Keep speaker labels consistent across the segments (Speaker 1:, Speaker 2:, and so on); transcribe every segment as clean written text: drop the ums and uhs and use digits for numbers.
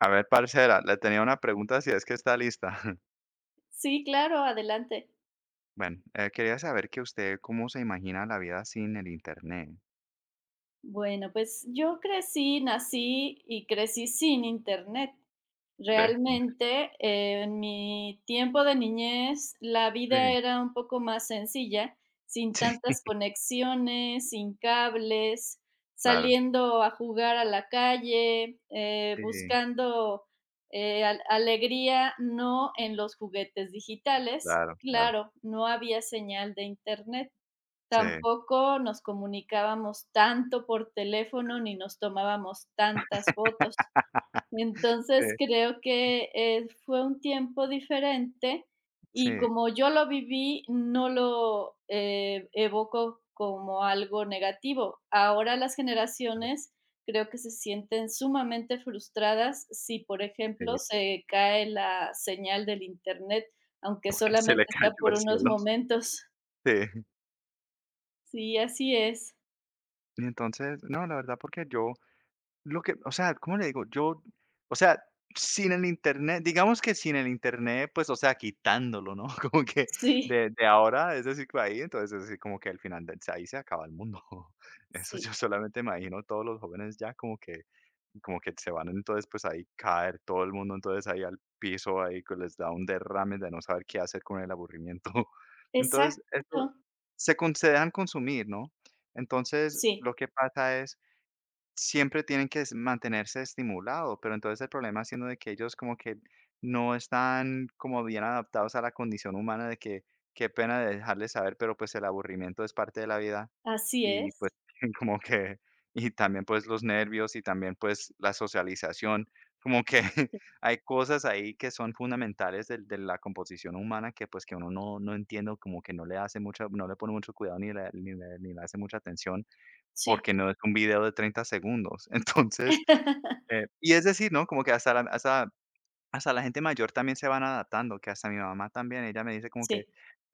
Speaker 1: A ver, parcera, le tenía una pregunta si es que está lista.
Speaker 2: Sí, claro, adelante.
Speaker 1: Bueno, quería saber que usted cómo se imagina la vida sin el internet.
Speaker 2: Bueno, pues yo crecí, nací y crecí sin internet.
Speaker 1: ¿Ve?
Speaker 2: Realmente, en mi tiempo de niñez, la
Speaker 1: Sí,
Speaker 2: vida era un poco más sencilla, sin
Speaker 1: sí,
Speaker 2: tantas conexiones, sin cables,
Speaker 1: claro,
Speaker 2: saliendo a jugar a la calle,
Speaker 1: sí,
Speaker 2: buscando alegría, no en los juguetes digitales.
Speaker 1: claro, claro.
Speaker 2: Claro, no había señal de internet.
Speaker 1: Sí,
Speaker 2: Tampoco nos comunicábamos tanto por teléfono, ni nos tomábamos tantas fotos.
Speaker 1: sí,
Speaker 2: Entonces, creo que, fue un tiempo diferente,
Speaker 1: sí,
Speaker 2: y como yo lo viví, no lo, evoco como algo negativo. Ahora las
Speaker 1: claro,
Speaker 2: generaciones creo que se sienten sumamente frustradas si, por
Speaker 1: sí.
Speaker 2: ejemplo, se cae la señal del Internet, aunque
Speaker 1: Porque se
Speaker 2: solamente
Speaker 1: le
Speaker 2: sea
Speaker 1: cayó el
Speaker 2: por unos
Speaker 1: cielo.
Speaker 2: momentos.
Speaker 1: Sí.
Speaker 2: Sí, así es.
Speaker 1: Y entonces, no, la verdad, porque yo lo que, o sea, ¿cómo le digo? Yo, o sea, sin el Internet, digamos que sin el Internet, pues, o sea, quitándolo, ¿no? Como que
Speaker 2: Sí,
Speaker 1: de ahora, es decir, que ahí, entonces, es decir, como que al final del ahí se acaba el mundo. Eso
Speaker 2: sí,
Speaker 1: yo solamente imagino todos los jóvenes ya como que se van, entonces, pues, ahí caer todo el mundo, entonces, ahí al piso, ahí que les da un derrame de no saber qué hacer con el aburrimiento. Entonces, eso
Speaker 2: exacto,
Speaker 1: se con se dejan consumir, ¿no? Entonces,
Speaker 2: sí,
Speaker 1: lo que pasa es siempre tienen que es mantenerse estimulado, pero entonces el problema siendo de que ellos como que no están como bien adaptados a la condición humana de que qué pena de dejarles saber, pero pues el aburrimiento es parte de la vida
Speaker 2: así
Speaker 1: y pues
Speaker 2: es,
Speaker 1: como que y también pues los nervios y también pues la socialización, como que hay cosas ahí que son fundamentales del de la composición humana que pues que uno no entiende o como que no le hace mucha no le pone mucho cuidado ni le hace mucha atención.
Speaker 2: sí,
Speaker 1: Porque no es un video de 30 segundos. Entonces, y es decir, ¿no? Como que hasta hasta la gente mayor también se van adaptando, que hasta mi mamá también, ella me dice como que,
Speaker 2: sí,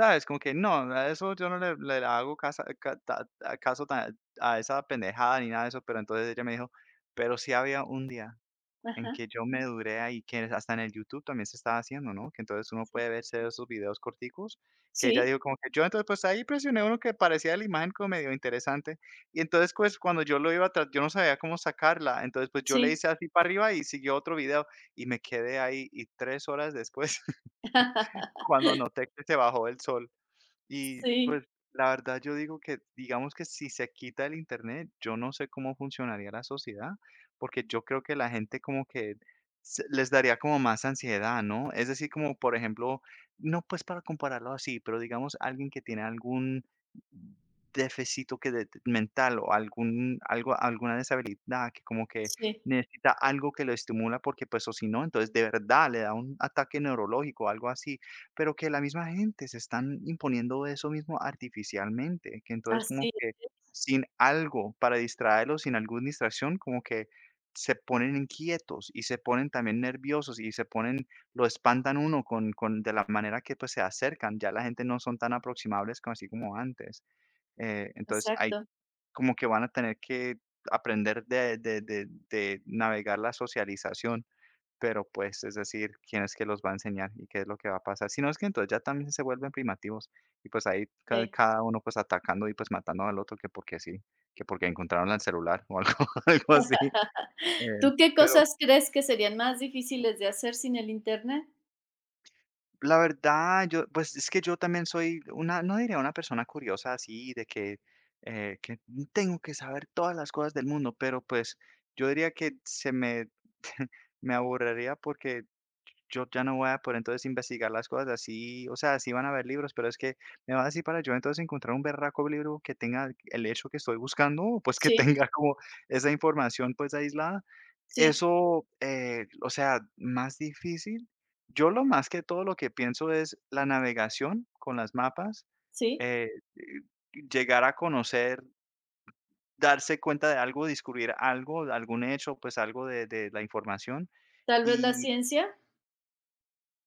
Speaker 1: ¿sabes? Como que no, a eso yo no le hago casa ca ta ta- caso ta a esa pendejada ni nada de eso, pero entonces ella me dijo: "Pero sí había un día". En
Speaker 2: ajá,
Speaker 1: que yo me duré ahí, que hasta en el YouTube también se estaba haciendo, ¿no? Que entonces uno
Speaker 2: sí,
Speaker 1: puede verse esos videos corticos, que ella
Speaker 2: sí,
Speaker 1: dijo como que yo entonces pues ahí presioné uno que parecía la imagen como medio interesante, y entonces pues cuando yo lo iba atrás yo no sabía cómo sacarla, entonces pues yo le
Speaker 2: sí,
Speaker 1: hice así para arriba y siguió otro video y me quedé ahí y 3 horas después, cuando noté que se bajó el sol y
Speaker 2: sí,
Speaker 1: la verdad, yo digo que, digamos que si se quita el internet, yo no sé cómo funcionaría la sociedad, porque yo creo que la gente como que se- les daría como más ansiedad, ¿no? Es decir, como por ejemplo, no pues para compararlo así, pero digamos alguien que tiene algún déficit que de- mental o algún, algo, alguna deshabilidad que como que
Speaker 2: sí,
Speaker 1: necesita algo que lo estimula porque pues o si no, entonces de verdad le da un ataque neurológico, algo así pero que la misma gente se están imponiendo eso mismo artificialmente, que entonces como
Speaker 2: así
Speaker 1: que
Speaker 2: es,
Speaker 1: sin algo para distraerlos, sin alguna distracción, como que se ponen inquietos y se ponen también nerviosos y se ponen lo espantan uno con de la manera que, pues, se acercan. Ya la gente no son tan aproximables como así como antes. Entonces, hay
Speaker 2: exacto,
Speaker 1: como que van a tener que aprender de navegar la socialización. Pero, pues, es decir, ¿quién es que los va a enseñar y qué es lo que va a pasar? Si no es que entonces ya también se vuelven primativos y, pues, ahí ca
Speaker 2: sí.
Speaker 1: cada uno, pues, atacando y, pues, matando al otro que porque sí, que porque encontraron el celular o algo algo así, eh,
Speaker 2: ¿Tú qué
Speaker 1: pero
Speaker 2: cosas crees que serían más difíciles de hacer sin el Internet?
Speaker 1: la verdad, yo, pues es que yo también soy una, no diría una persona curiosa así, de que tengo que saber todas las cosas del mundo, pero pues yo diría que se me, me aburriría porque yo ya no voy a por entonces investigar las cosas así, o sea, sí van a haber libros, pero es que me va a decir para yo entonces encontrar un berraco libro que tenga el hecho que estoy buscando, o pues que
Speaker 2: Sí,
Speaker 1: tenga como esa información pues aislada.
Speaker 2: sí,
Speaker 1: Eso, o sea, más difícil yo lo más que todo lo que pienso es la navegación con las mapas,
Speaker 2: sí,
Speaker 1: eh, llegar a conocer, darse cuenta de algo, descubrir algo, algún hecho, pues algo de la información
Speaker 2: tal vez la
Speaker 1: y
Speaker 2: ciencia,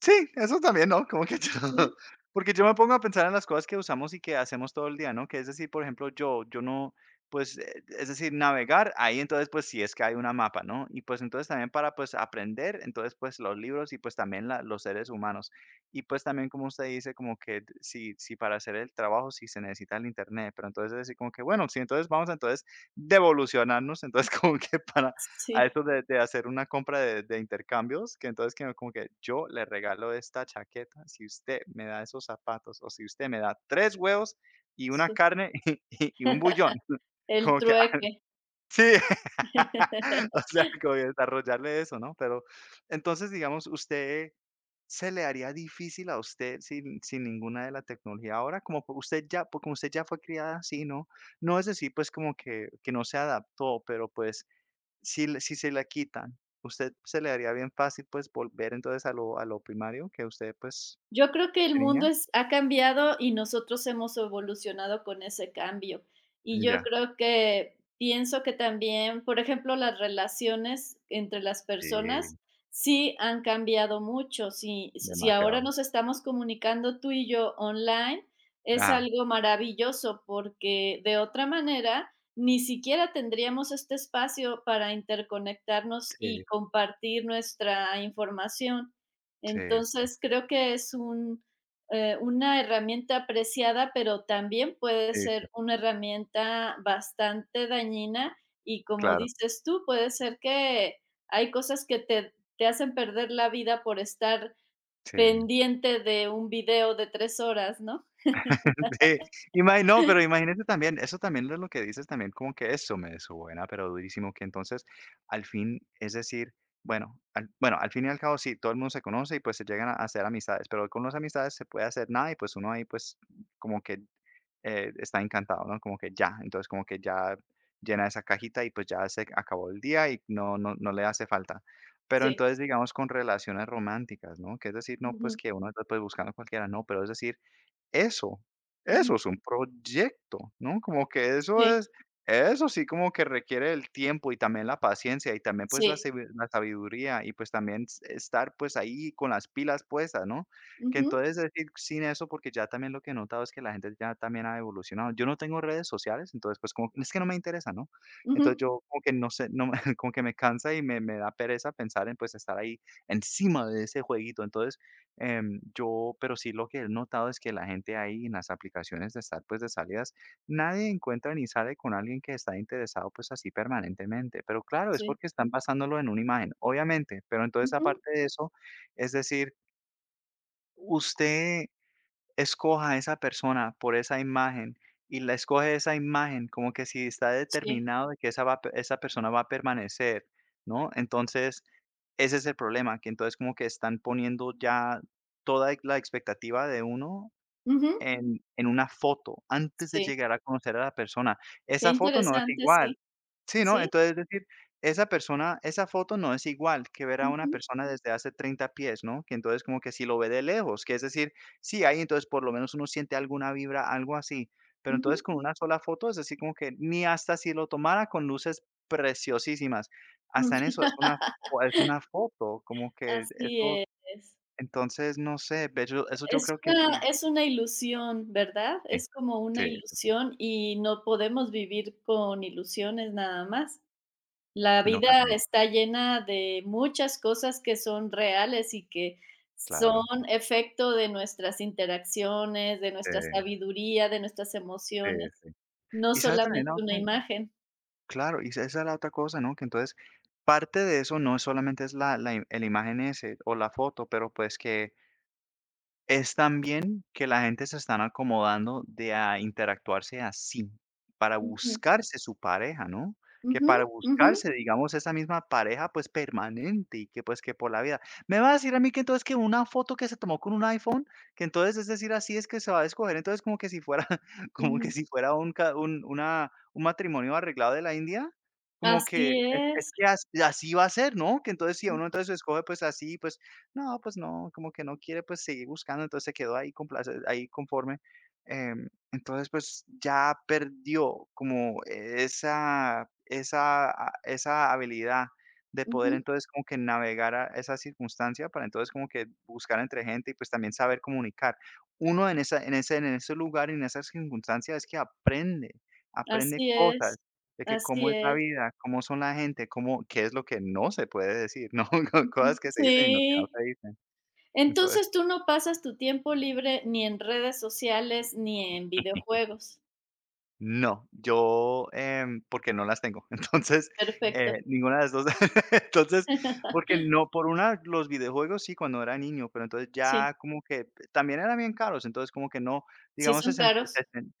Speaker 1: sí, eso también, ¿no? Como que yo
Speaker 2: sí,
Speaker 1: porque yo me pongo a pensar en las cosas que usamos y que hacemos todo el día, ¿no? Que es decir, por ejemplo, yo no, pues, es decir, navegar, ahí entonces, pues, sí es que hay una mapa, ¿no? Y, pues, entonces también para, pues, aprender, entonces, pues, los libros y, pues, también la los seres humanos. Y, pues, también como usted dice, como que si para hacer el trabajo sí se necesita el Internet, pero entonces es así como que, bueno, sí, entonces vamos, a entonces, devolucionarnos, entonces como que para a
Speaker 2: sí,
Speaker 1: eso de hacer una compra de intercambios, que entonces que como que yo le regalo esta chaqueta si usted me da esos zapatos, o si usted me da 3 huevos y una
Speaker 2: sí,
Speaker 1: carne y un bullón.
Speaker 2: el
Speaker 1: Como que ah,
Speaker 2: trueque.
Speaker 1: sí, o sea, como que desarrollarle eso, ¿no? Pero entonces, digamos, ¿usted se le haría difícil a usted sin ninguna de la tecnología ahora? Como po usted ya como usted ya fue criada así, ¿no? No es decir, pues, como que no se adaptó, pero, pues, si le si se la quitan, ¿usted se le haría bien fácil, pues, volver entonces a lo primario que usted, pues,
Speaker 2: Yo creo que el
Speaker 1: de niña?
Speaker 2: mundo es ha cambiado y nosotros hemos evolucionado con ese cambio. Y yo
Speaker 1: Ya,
Speaker 2: creo que pienso que también, por ejemplo, las relaciones entre las
Speaker 1: sí,
Speaker 2: personas sí han cambiado mucho. Si ahora
Speaker 1: demasiado.
Speaker 2: nos estamos comunicando tú y yo online, es
Speaker 1: Ah,
Speaker 2: algo maravilloso, porque de otra manera ni siquiera tendríamos este espacio para interconectarnos y
Speaker 1: sí,
Speaker 2: compartir nuestra información.
Speaker 1: sí, sí,
Speaker 2: Entonces, creo que es un, una herramienta apreciada, pero también puede
Speaker 1: sí, sí,
Speaker 2: ser una herramienta bastante dañina y como
Speaker 1: claro,
Speaker 2: dices tú, puede ser que hay cosas que te hacen perder la vida por estar
Speaker 1: sí.
Speaker 2: pendiente de un video de tres horas, ¿no?
Speaker 1: Sí, imagi no, pero imagínate también, eso también es lo que dices también como que eso me desubona, pero durísimo, que entonces al fin, es decir, bueno, al fin y al cabo sí, todo el mundo se conoce y, pues, se llegan a hacer amistades, pero con las amistades se puede hacer nada y, pues, uno ahí, pues, como que está encantado, ¿no? Como que ya, entonces como que ya llena esa cajita y pues ya se acabó el día y no, no, no le hace falta. Pero
Speaker 2: Sí.
Speaker 1: entonces digamos con relaciones románticas, ¿no? Que es decir, no pues
Speaker 2: Ujú,
Speaker 1: que uno está pues buscando cualquiera, no, pero es decir, eso, eso
Speaker 2: ujú,
Speaker 1: es un proyecto, ¿no? Como que eso
Speaker 2: sí,
Speaker 1: es eso sí como que requiere el tiempo y también la paciencia y también, pues, la
Speaker 2: sí.
Speaker 1: sabi la sabiduría y, pues, también s estar, pues, ahí con las pilas puestas, ¿no? Que
Speaker 2: Ujú,
Speaker 1: entonces decir sin eso, porque ya también lo que he notado es que la gente ya también ha evolucionado. Yo no tengo redes sociales, entonces, pues, como es que no me interesa, ¿no? Entonces,
Speaker 2: ujú,
Speaker 1: yo como que no sé, no me como que me cansa y me da pereza pensar en, pues, estar ahí encima de ese jueguito. Entonces, yo pero sí lo que he notado es que la gente ahí en las aplicaciones de estar, pues, de salidas, nadie encuentra ni sale con alguien que está interesado, pues, así permanentemente. Pero claro, es
Speaker 2: sí.
Speaker 1: porque están basándolo en una imagen, obviamente. Pero entonces,
Speaker 2: Ujú,
Speaker 1: aparte de eso, es decir, usted escoja a esa persona por esa imagen y la escoge esa imagen como que si está
Speaker 2: sí.
Speaker 1: determinado de que esa, va, a pe- esa persona va a permanecer, ¿no? Entonces, ese es el problema, que entonces como que están poniendo ya toda la expectativa de uno
Speaker 2: Ujú,
Speaker 1: en una foto antes de
Speaker 2: sí.
Speaker 1: llegar a conocer a la persona.
Speaker 2: Qué
Speaker 1: Esa foto no es
Speaker 2: interesante,
Speaker 1: igual,
Speaker 2: sí.
Speaker 1: sí, ¿no?
Speaker 2: Sí.
Speaker 1: Entonces, es decir, esa persona, esa foto no es igual que ver a una
Speaker 2: Ujú,
Speaker 1: persona desde hace 30 pies, ¿no? Que entonces como que si lo ve de lejos, que es decir, sí, ahí entonces por lo menos uno siente alguna vibra, algo así, pero entonces
Speaker 2: ujú,
Speaker 1: con una sola foto es decir, como que ni hasta si lo tomara con luces preciosísimas, hasta en
Speaker 2: ujú.
Speaker 1: eso es una fo es una foto, como que
Speaker 2: Así
Speaker 1: eso,
Speaker 2: es.
Speaker 1: entonces, no sé, ve yo eso yo
Speaker 2: Es
Speaker 1: creo que
Speaker 2: una
Speaker 1: sí,
Speaker 2: es una ilusión, ¿verdad?
Speaker 1: sí,
Speaker 2: Es como
Speaker 1: sí,
Speaker 2: una ilusión y no podemos vivir con ilusiones nada más. La
Speaker 1: no,
Speaker 2: vida
Speaker 1: también,
Speaker 2: está llena de muchas cosas que son reales y que
Speaker 1: claro,
Speaker 2: son efecto de nuestras interacciones, de nuestra
Speaker 1: sí,
Speaker 2: sabiduría, de nuestras emociones,
Speaker 1: sí.
Speaker 2: no
Speaker 1: Y, ¿sabes también?
Speaker 2: solamente
Speaker 1: ¿No?
Speaker 2: una imagen.
Speaker 1: Claro, y esa esa es la otra cosa, ¿no? Que entonces parte de eso no solamente es la, la, im- el imagen ese o la foto, pero pues que es también que la gente se están acomodando de a interactuarse así, para
Speaker 2: Ujú,
Speaker 1: buscarse su pareja, ¿no? Que
Speaker 2: ujú,
Speaker 1: para
Speaker 2: ujú,
Speaker 1: buscarse, digamos, esa misma pareja, pues, permanente y que, pues, que por la vida. ¿Me vas a decir a mí que entonces que una foto que se tomó con un iPhone, que entonces, es decir, así es que se va a escoger, entonces como que si fuera como que
Speaker 2: ujú.
Speaker 1: si fuera un ca un una un matrimonio arreglado de la India? Como que
Speaker 2: Así
Speaker 1: es
Speaker 2: es,
Speaker 1: que as así va a ser, ¿no? Que entonces si a uno entonces escoge, pues, así, pues no, como que no quiere, pues, seguir buscando, entonces se quedó ahí complace ahí conforme. Entonces, pues, ya perdió como esa habilidad de poder,
Speaker 2: ujú,
Speaker 1: entonces, como que navegar a esa circunstancia para, entonces, como que buscar entre gente y, pues, también saber comunicar. Uno en ese lugar y en esas circunstancias es que aprende, aprende
Speaker 2: así
Speaker 1: cosas.
Speaker 2: es,
Speaker 1: De que
Speaker 2: así
Speaker 1: cómo es la
Speaker 2: es.
Speaker 1: vida, cómo son la gente, cómo qué es lo que no se puede decir, ¿no?
Speaker 2: Ujú.
Speaker 1: Cosas que se dicen y no que no
Speaker 2: Sí.
Speaker 1: se dicen. Entonces
Speaker 2: Entonces, tú no pasas tu tiempo libre ni en redes sociales ni en videojuegos.
Speaker 1: no, yo, porque no las tengo. Entonces,
Speaker 2: Perfecto.
Speaker 1: ninguna de las 2. Entonces, porque no, por una, los videojuegos sí, cuando era niño, pero entonces
Speaker 2: Sí,
Speaker 1: ya como que también eran bien caros, entonces como que no,
Speaker 2: sí
Speaker 1: digamos,
Speaker 2: son
Speaker 1: sesenta
Speaker 2: caros.
Speaker 1: sesen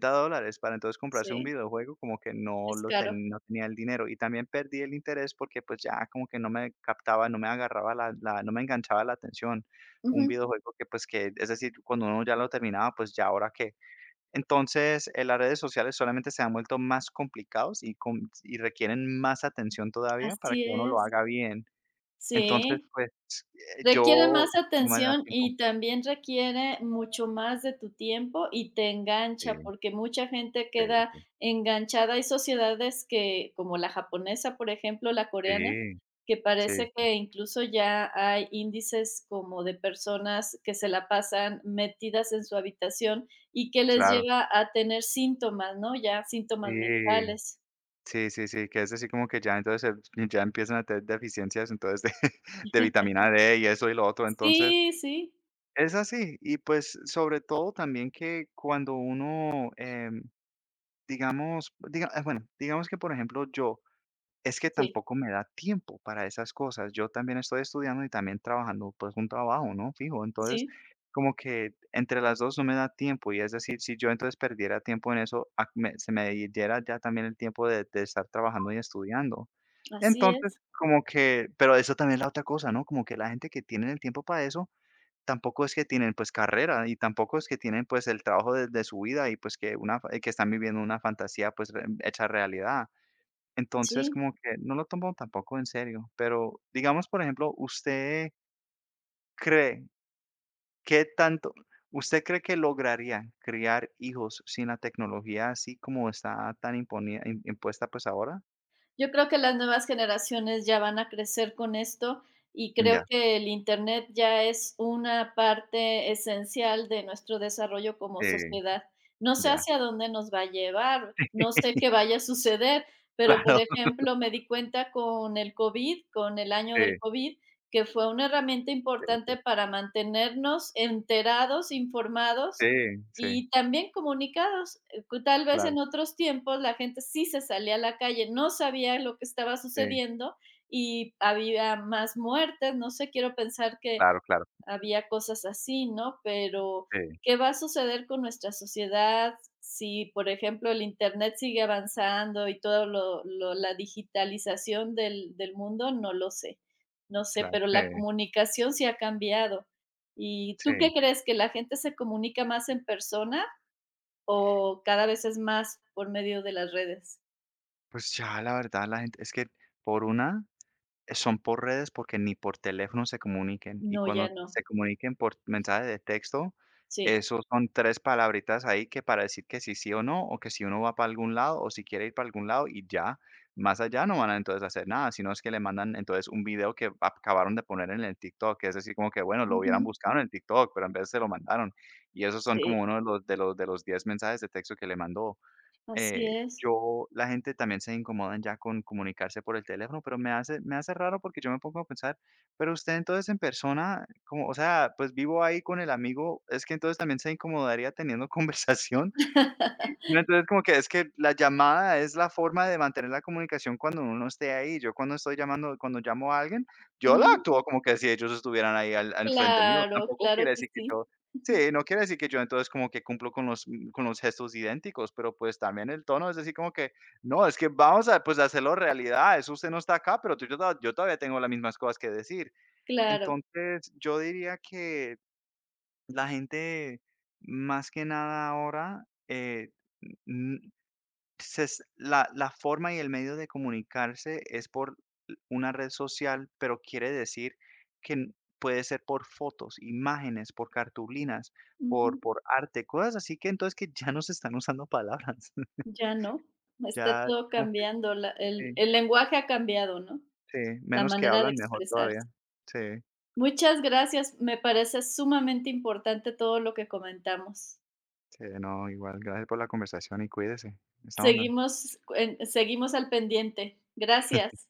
Speaker 1: $60 dólares para entonces comprarse un
Speaker 2: Sí,
Speaker 1: videojuego, como que
Speaker 2: es caro.
Speaker 1: no tenía el dinero. Y también perdí el interés porque, pues, ya como que no me captaba, no me agarraba la la no me enganchaba la atención un
Speaker 2: Ujú.
Speaker 1: videojuego que, pues, que es decir, cuando uno ya lo terminaba, pues, ya ahora qué. Entonces, las redes sociales solamente se han vuelto más complicados y requieren más atención todavía para
Speaker 2: Así
Speaker 1: que uno lo
Speaker 2: es.
Speaker 1: haga bien. Entonces,
Speaker 2: Sí.
Speaker 1: pues,
Speaker 2: Requiere
Speaker 1: yo
Speaker 2: más
Speaker 1: no me da
Speaker 2: atención
Speaker 1: tiempo.
Speaker 2: y también requiere mucho más de tu tiempo y te engancha,
Speaker 1: Sí,
Speaker 2: porque mucha gente
Speaker 1: sí,
Speaker 2: queda
Speaker 1: sí,
Speaker 2: enganchada. Hay sociedades que, como la japonesa, por ejemplo, la
Speaker 1: sí,
Speaker 2: coreana, que
Speaker 1: sí,
Speaker 2: parece
Speaker 1: sí,
Speaker 2: que incluso ya hay índices como de personas que se la pasan metidas en su habitación y que les
Speaker 1: claro.
Speaker 2: lleva a tener síntomas, ¿no? Ya síntomas
Speaker 1: Sí,
Speaker 2: mentales.
Speaker 1: sí, sí, sí, que es así como que ya entonces ya empiezan a tener deficiencias, entonces, de de vitamina D y eso y lo otro. Entonces,
Speaker 2: Sí, sí,
Speaker 1: es así. Y, pues, sobre todo también que cuando uno, digamos, diga ah, bueno, digamos que, por ejemplo, yo es que
Speaker 2: sí,
Speaker 1: tampoco me da tiempo para esas cosas. Yo también estoy estudiando y también trabajando, pues un trabajo, ¿no? Fijo. Entonces,
Speaker 2: sí,
Speaker 1: como que entre las dos no me da tiempo. Y es decir, si yo entonces perdiera tiempo en eso, a- me- se me diera ya también el tiempo de estar trabajando y estudiando.
Speaker 2: así
Speaker 1: Entonces,
Speaker 2: es,
Speaker 1: como que, pero eso también es la otra cosa, ¿no? Como que la gente que tiene el tiempo para eso, tampoco es que tienen pues carrera y tampoco es que tienen pues el trabajo de su vida y pues que, una, que están viviendo una fantasía pues re- hecha realidad. Entonces,
Speaker 2: sí.
Speaker 1: como que no lo tomo tampoco en serio, pero digamos, por ejemplo, ¿usted cree qué tanto usted cree que lograría criar hijos sin la tecnología así como está tan imponida im impuesta, pues, ahora?
Speaker 2: Yo creo que las nuevas generaciones ya van a crecer con esto y creo
Speaker 1: Ya,
Speaker 2: que el Internet ya es una parte esencial de nuestro desarrollo como
Speaker 1: sí,
Speaker 2: sociedad. No sé
Speaker 1: ya.
Speaker 2: hacia dónde nos va a llevar, no sé qué vaya a suceder, pero, por
Speaker 1: Claro,
Speaker 2: ejemplo, me di cuenta con el COVID, con el año
Speaker 1: sí,
Speaker 2: del COVID, que fue una herramienta
Speaker 1: sí, sí,
Speaker 2: importante para mantenernos enterados, informados
Speaker 1: sí, sí,
Speaker 2: y también comunicados. Tal vez
Speaker 1: claro,
Speaker 2: en otros tiempos la gente sí se salía a la calle, no sabía lo que estaba
Speaker 1: sí,
Speaker 2: sucediendo y había más muertes, no sé, quiero pensar que
Speaker 1: claro, claro,
Speaker 2: había cosas así, ¿no? Pero
Speaker 1: sí,
Speaker 2: ¿qué va a suceder con nuestra sociedad si, por ejemplo, el Internet sigue avanzando y toda la digitalización del mundo? No lo sé, no sé,
Speaker 1: claro,
Speaker 2: pero
Speaker 1: sí,
Speaker 2: la comunicación sí ha cambiado. ¿Y tú
Speaker 1: sí.
Speaker 2: qué crees? ¿Que la gente se comunica más en persona o cada vez es más por medio de las redes?
Speaker 1: Pues, ya la verdad, la gente es que por una son por redes porque ni por teléfono se comuniquen, y
Speaker 2: No, ya
Speaker 1: cuando
Speaker 2: no.
Speaker 1: se comuniquen por mensaje de texto,
Speaker 2: Sí.
Speaker 1: esos son 3 palabritas ahí que para decir que sí sí o no, o que si uno va para algún lado, o si quiere ir para algún lado y ya. Más allá no van a entonces hacer nada, sino es que le mandan entonces un video que acabaron de poner en el TikTok, es decir, como que bueno, lo hubieran
Speaker 2: Ujú.
Speaker 1: buscado en el TikTok, pero en vez se lo mandaron. Y esos son como
Speaker 2: Sí,
Speaker 1: uno de los 10 mensajes de texto que le mandó.
Speaker 2: así
Speaker 1: Eh,
Speaker 2: es.
Speaker 1: yo la gente también se incomodan ya con comunicarse por el teléfono, pero me hace raro porque yo me pongo a pensar, pero usted entonces en persona, como, o sea, pues vivo ahí con el amigo, es que entonces también se incomodaría teniendo conversación. Y no, entonces como que es que la llamada es la forma de mantener la comunicación cuando uno no esté ahí. Yo cuando estoy llamando cuando llamo a alguien, yo la
Speaker 2: Ujú.
Speaker 1: actúo como que si ellos estuvieran ahí al frente mío.
Speaker 2: Claro,
Speaker 1: Tampoco
Speaker 2: claro
Speaker 1: quiere
Speaker 2: que
Speaker 1: decir que
Speaker 2: sí.
Speaker 1: yo sí, no quiere decir que yo entonces como que cumplo con los con los gestos idénticos, pero, pues, también el tono es decir como que: "No, es que vamos a, pues, hacerlo realidad. Eso usted no está acá, pero tú yo to yo todavía tengo las mismas cosas que decir".
Speaker 2: Claro.
Speaker 1: Entonces, yo diría que la gente, más que nada ahora, n se es la forma y el medio de comunicarse es por una red social, pero quiere decir que n puede ser por fotos, imágenes, por cartulinas, por
Speaker 2: Ujú.
Speaker 1: por arte, cosas así que entonces que ya no se están usando palabras.
Speaker 2: Ya no. Está
Speaker 1: Ya
Speaker 2: todo
Speaker 1: como que
Speaker 2: cambiando, la
Speaker 1: sí,
Speaker 2: el lenguaje ha cambiado, ¿no?
Speaker 1: sí,
Speaker 2: La
Speaker 1: menos que
Speaker 2: manera de
Speaker 1: hablan, mejor todavía.
Speaker 2: expresarse.
Speaker 1: Sí,
Speaker 2: Muchas gracias, me parece sumamente importante todo lo que comentamos.
Speaker 1: sí, no, igual, gracias por la conversación y cuídese. Estamos
Speaker 2: Seguimos al pendiente. Gracias.